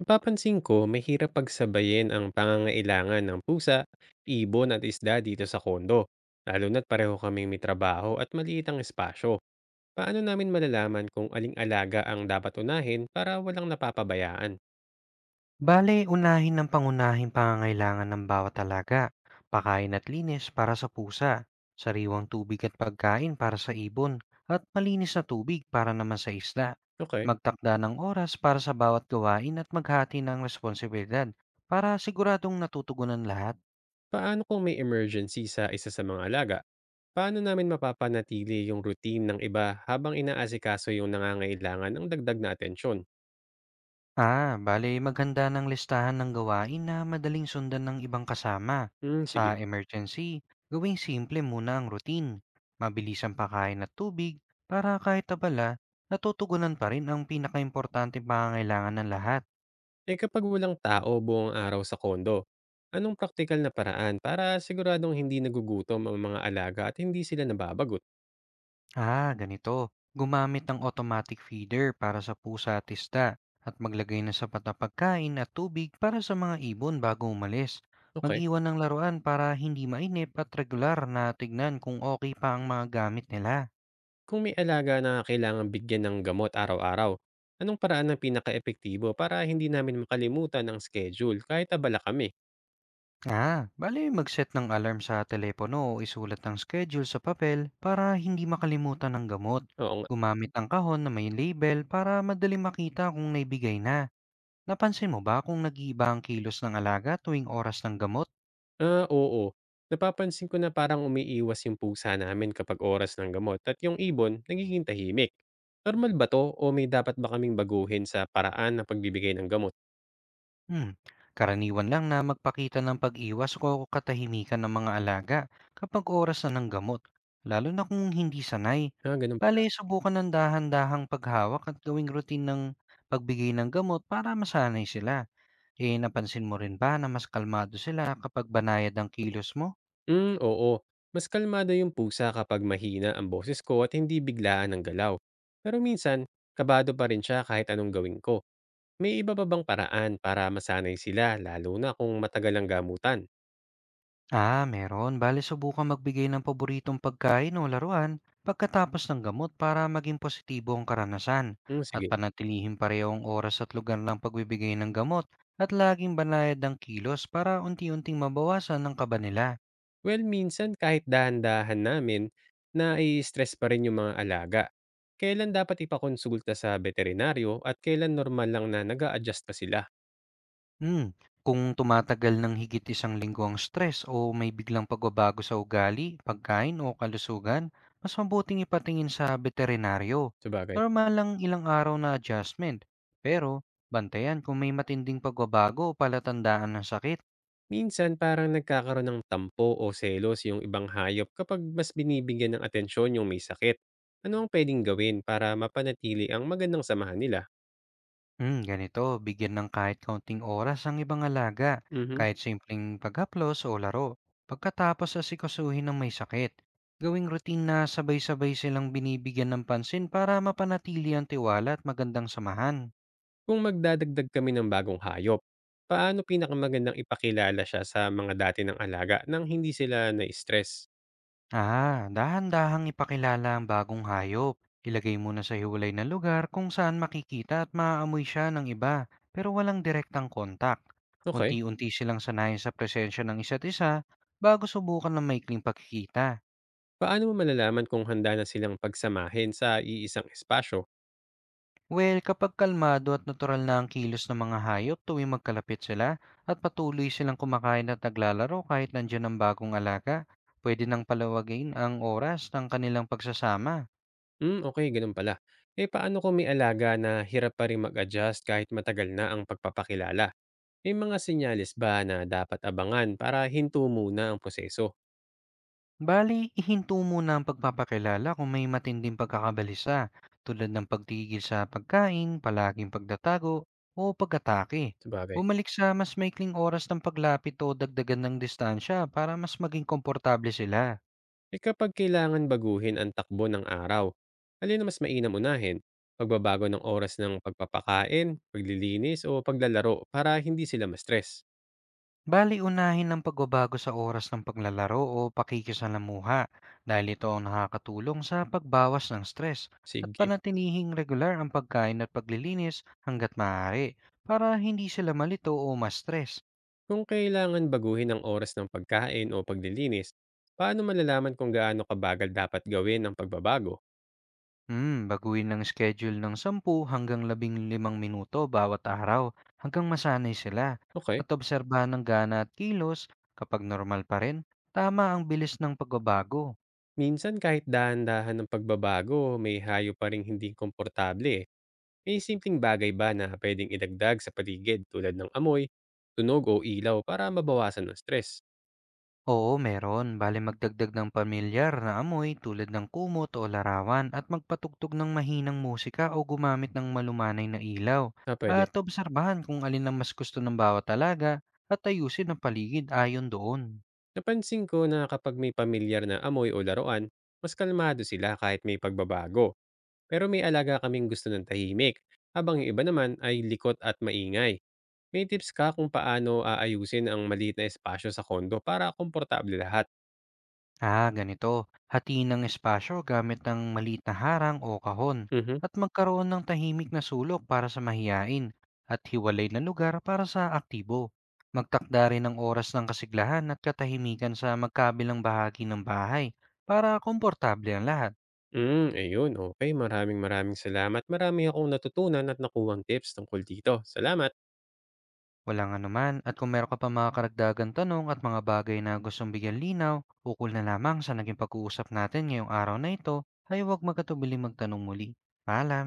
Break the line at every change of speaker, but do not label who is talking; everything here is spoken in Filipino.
Napapansin ko, mahirap pagsabayin ang pangangailangan ng pusa, ibon at isda dito sa kondo. Lalo na't pareho kaming may trabaho at maliit ang espasyo. Paano namin malalaman kung aling alaga ang dapat unahin para walang napapabayaan?
Bale, unahin ng pangunahing pangangailangan ng bawat alaga. Pakain at linis para sa pusa, sariwang tubig at pagkain para sa ibon, at malinis na tubig para naman sa isda.
Okay.
Magtakda ng oras para sa bawat gawain at maghati ng responsibilidad para siguradong natutugunan lahat.
Paano kung may emergency sa isa sa mga alaga? Paano namin mapapanatili yung routine ng iba habang inaasikaso yung nangangailangan ng dagdag na atensyon?
Ah, bale maghanda ng listahan ng gawain na madaling sundan ng ibang kasama.
Hmm,
Sa
sige.
emergency, gawing simple muna ang routine. Mabilis ang pakain at tubig para kahit abala, natutugunan pa rin ang pinakaimportante pangangailangan ng lahat.
Eh kapag walang tao buong araw sa kondo, anong praktikal na paraan para siguradong hindi nagugutom ang mga alaga at hindi sila nababagot?
Ah, ganito. Gumamit ng automatic feeder para sa pusa at isda at maglagay ng sapat na pagkain at tubig para sa mga ibon bago umalis.
Okay.
Mag-iwan ng laruan para hindi mainip at regular na tignan kung okay pa ang mga gamit nila.
Kung may alaga na kailangan bigyan ng gamot araw-araw, anong paraan ang pinaka-epektibo para hindi namin makalimutan ang schedule kahit abala kami?
Ah, bali mag-set ng alarm sa telepono o isulat ng schedule sa papel para hindi makalimutan ng gamot.
Oo nga.
Gumamit ng kahon na may label para madali makita kung naibigay na. Napansin mo ba kung nag-iiba ang kilos ng alaga tuwing oras ng gamot?
Ah, oo. Napapansin ko na parang umiiwas yung pusa namin kapag oras ng gamot at yung ibon nagiging tahimik. Normal ba to o may dapat ba kaming baguhin sa paraan ng pagbibigay ng gamot?
Hmm, Karaniwan lang na magpakita ng pag-iwas o katahimikan ng mga alaga kapag oras na ng gamot, lalo na kung hindi sanay.
Ah, ganun pala.
Bale, subukan ng dahan-dahang paghawak at gawing routine ng pagbigay ng gamot para masanay sila. Eh, napansin mo rin ba na mas kalmado sila kapag banayad ang kilos mo?
Hmm, oo. Mas kalmado yung pusa kapag mahina ang boses ko at hindi biglaan ang galaw. Pero minsan, kabado pa rin siya kahit anong gawin ko. May iba pa bang paraan para masanay sila lalo na kung matagal ang gamutan?
Ah, meron. Bale, subukan magbigay ng paboritong pagkain o laruan pagkatapos ng gamot para maging positibo ang karanasan
Hmm,
at
sige.
panatilihing pareho ang oras at lugar ng pagbibigay ng gamot at laging banayad ng kilos para unti-unting mabawasan ang kaba nila.
Well, minsan kahit dahan-dahan namin, nai-stress pa rin yung mga alaga. Kailan dapat ipakonsulta sa veterinaryo at kailan normal lang na nag adjust pa sila?
Hmm, kung tumatagal ng higit isang linggo ang stress o may biglang pagbabago sa ugali, pagkain o kalusugan, mas mabuting ipatingin sa veterinaryo.
Sabagay.
Normal lang ilang araw na adjustment, pero bantayan kung may matinding pagbabago o palatandaan ng sakit.
Minsan parang nagkakaroon ng tampo o selos yung ibang hayop kapag mas binibigyan ng atensyon yung may sakit. Ano ang pwedeng gawin para mapanatili ang magandang samahan nila?
Ganito, bigyan ng kahit kaunting oras ang ibang alaga,
Mhm.
kahit simpleng paghaplos o laro. Pagkatapos asikasuhin ng may sakit, gawing routine na sabay-sabay silang binibigyan ng pansin para mapanatili ang tiwala at magandang samahan.
Kung magdadagdag kami ng bagong hayop, paano pinakamagandang ipakilala siya sa mga dati ng alaga nang hindi sila na-stress?
Ah, dahan-dahang ipakilala ang bagong hayop. Ilagay muna sa hiwalay na lugar kung saan makikita at maaamoy siya ng iba, pero walang direktang kontak.
Okay.
Unti-unti silang sanayin sa presensya ng isa't isa bago subukan ng maikling pagkikita.
Paano mo malalaman kung handa na silang pagsamahin sa iisang espasyo?
Well, kapag kalmado at natural na ang kilos ng mga hayop tuwing magkalapit sila at patuloy silang kumakain at naglalaro kahit nandiyan ang bagong alaga, pwede nang palawagin ang oras ng kanilang pagsasama.
Hmm, okay, ganun pala. Eh, paano kung may alaga na hirap pa rin mag-adjust kahit matagal na ang pagpapakilala? May mga senyales ba na dapat abangan para hinto muna ang proseso?
Bali, ihinto muna ang pagpapakilala kung may matinding pagkakabalisa tulad ng pagtigil sa pagkain, palaging pagdatago, o pag-atake.
Sabagay,
Bumalik sa mas maikling oras ng paglapit o dagdagan ng distansya para mas maging komportable sila.
eh kapag kailangan baguhin ang takbo ng araw, alin na mas mainam unahin? Pagbabago ng oras ng pagpapakain, paglilinis o paglalaro para hindi sila ma-stress?
Bali unahin ng pagbabago sa oras ng paglalaro o pakikisalamuha dahil ito ang nakakatulong sa pagbawas ng stress at
Sige.
panatinihing regular ang pagkain at paglilinis hanggat maaari para hindi sila malito o ma-stress.
Kung kailangan baguhin ang oras ng pagkain o paglilinis, paano malalaman kung gaano kabagal dapat gawin ang pagbabago?
Baguhin ng schedule ng 10 hanggang 15 minuto bawat araw hanggang masanay sila
Okay.
at obserbahan ng gana at kilos kapag normal pa rin, tama ang bilis ng pagbabago.
Minsan kahit dahan-dahan ng pagbabago, may hayo pa rin hindi komportable eh. May simpleng bagay ba na pwedeng idagdag sa paligid tulad ng amoy, tunog o ilaw para mabawasan ang stress?
Oo, meron. Bale magdagdag ng pamilyar na amoy tulad ng kumot o larawan at magpatugtog ng mahinang musika o gumamit ng malumanay na ilaw.
Ah, pwede.
At obserbahan kung alin ang mas gusto ng bawat talaga at ayusin ang paligid ayon doon.
Napansin ko na kapag may pamilyar na amoy o laruan, mas kalmado sila kahit may pagbabago. Pero may alaga kaming gusto ng tahimik, habang yung iba naman ay likot at maingay. May tips ka kung paano aayusin ang maliit na espasyo sa kondo para komportable lahat?
Ah, ganito. Hatiin ng espasyo gamit ng maliit na harang o kahon
Mhm.
at magkaroon ng tahimik na sulok para sa mahiyain at hiwalay na lugar para sa aktibo. Magtakda rin ng oras ng kasiglahan at katahimikan sa magkabilang bahagi ng bahay para komportable ang lahat.
Mm, ayun. Okay, maraming maraming salamat. Marami akong natutunan at nakuhang tips tungkol dito. Salamat.
Walang anuman at kung meron ka pa mga karagdagan tanong at mga bagay na gustong bigyan linaw, ukol na lamang sa naging pag-uusap natin ngayong araw na ito, ay huwag magkatubiling magtanong muli. Paalam!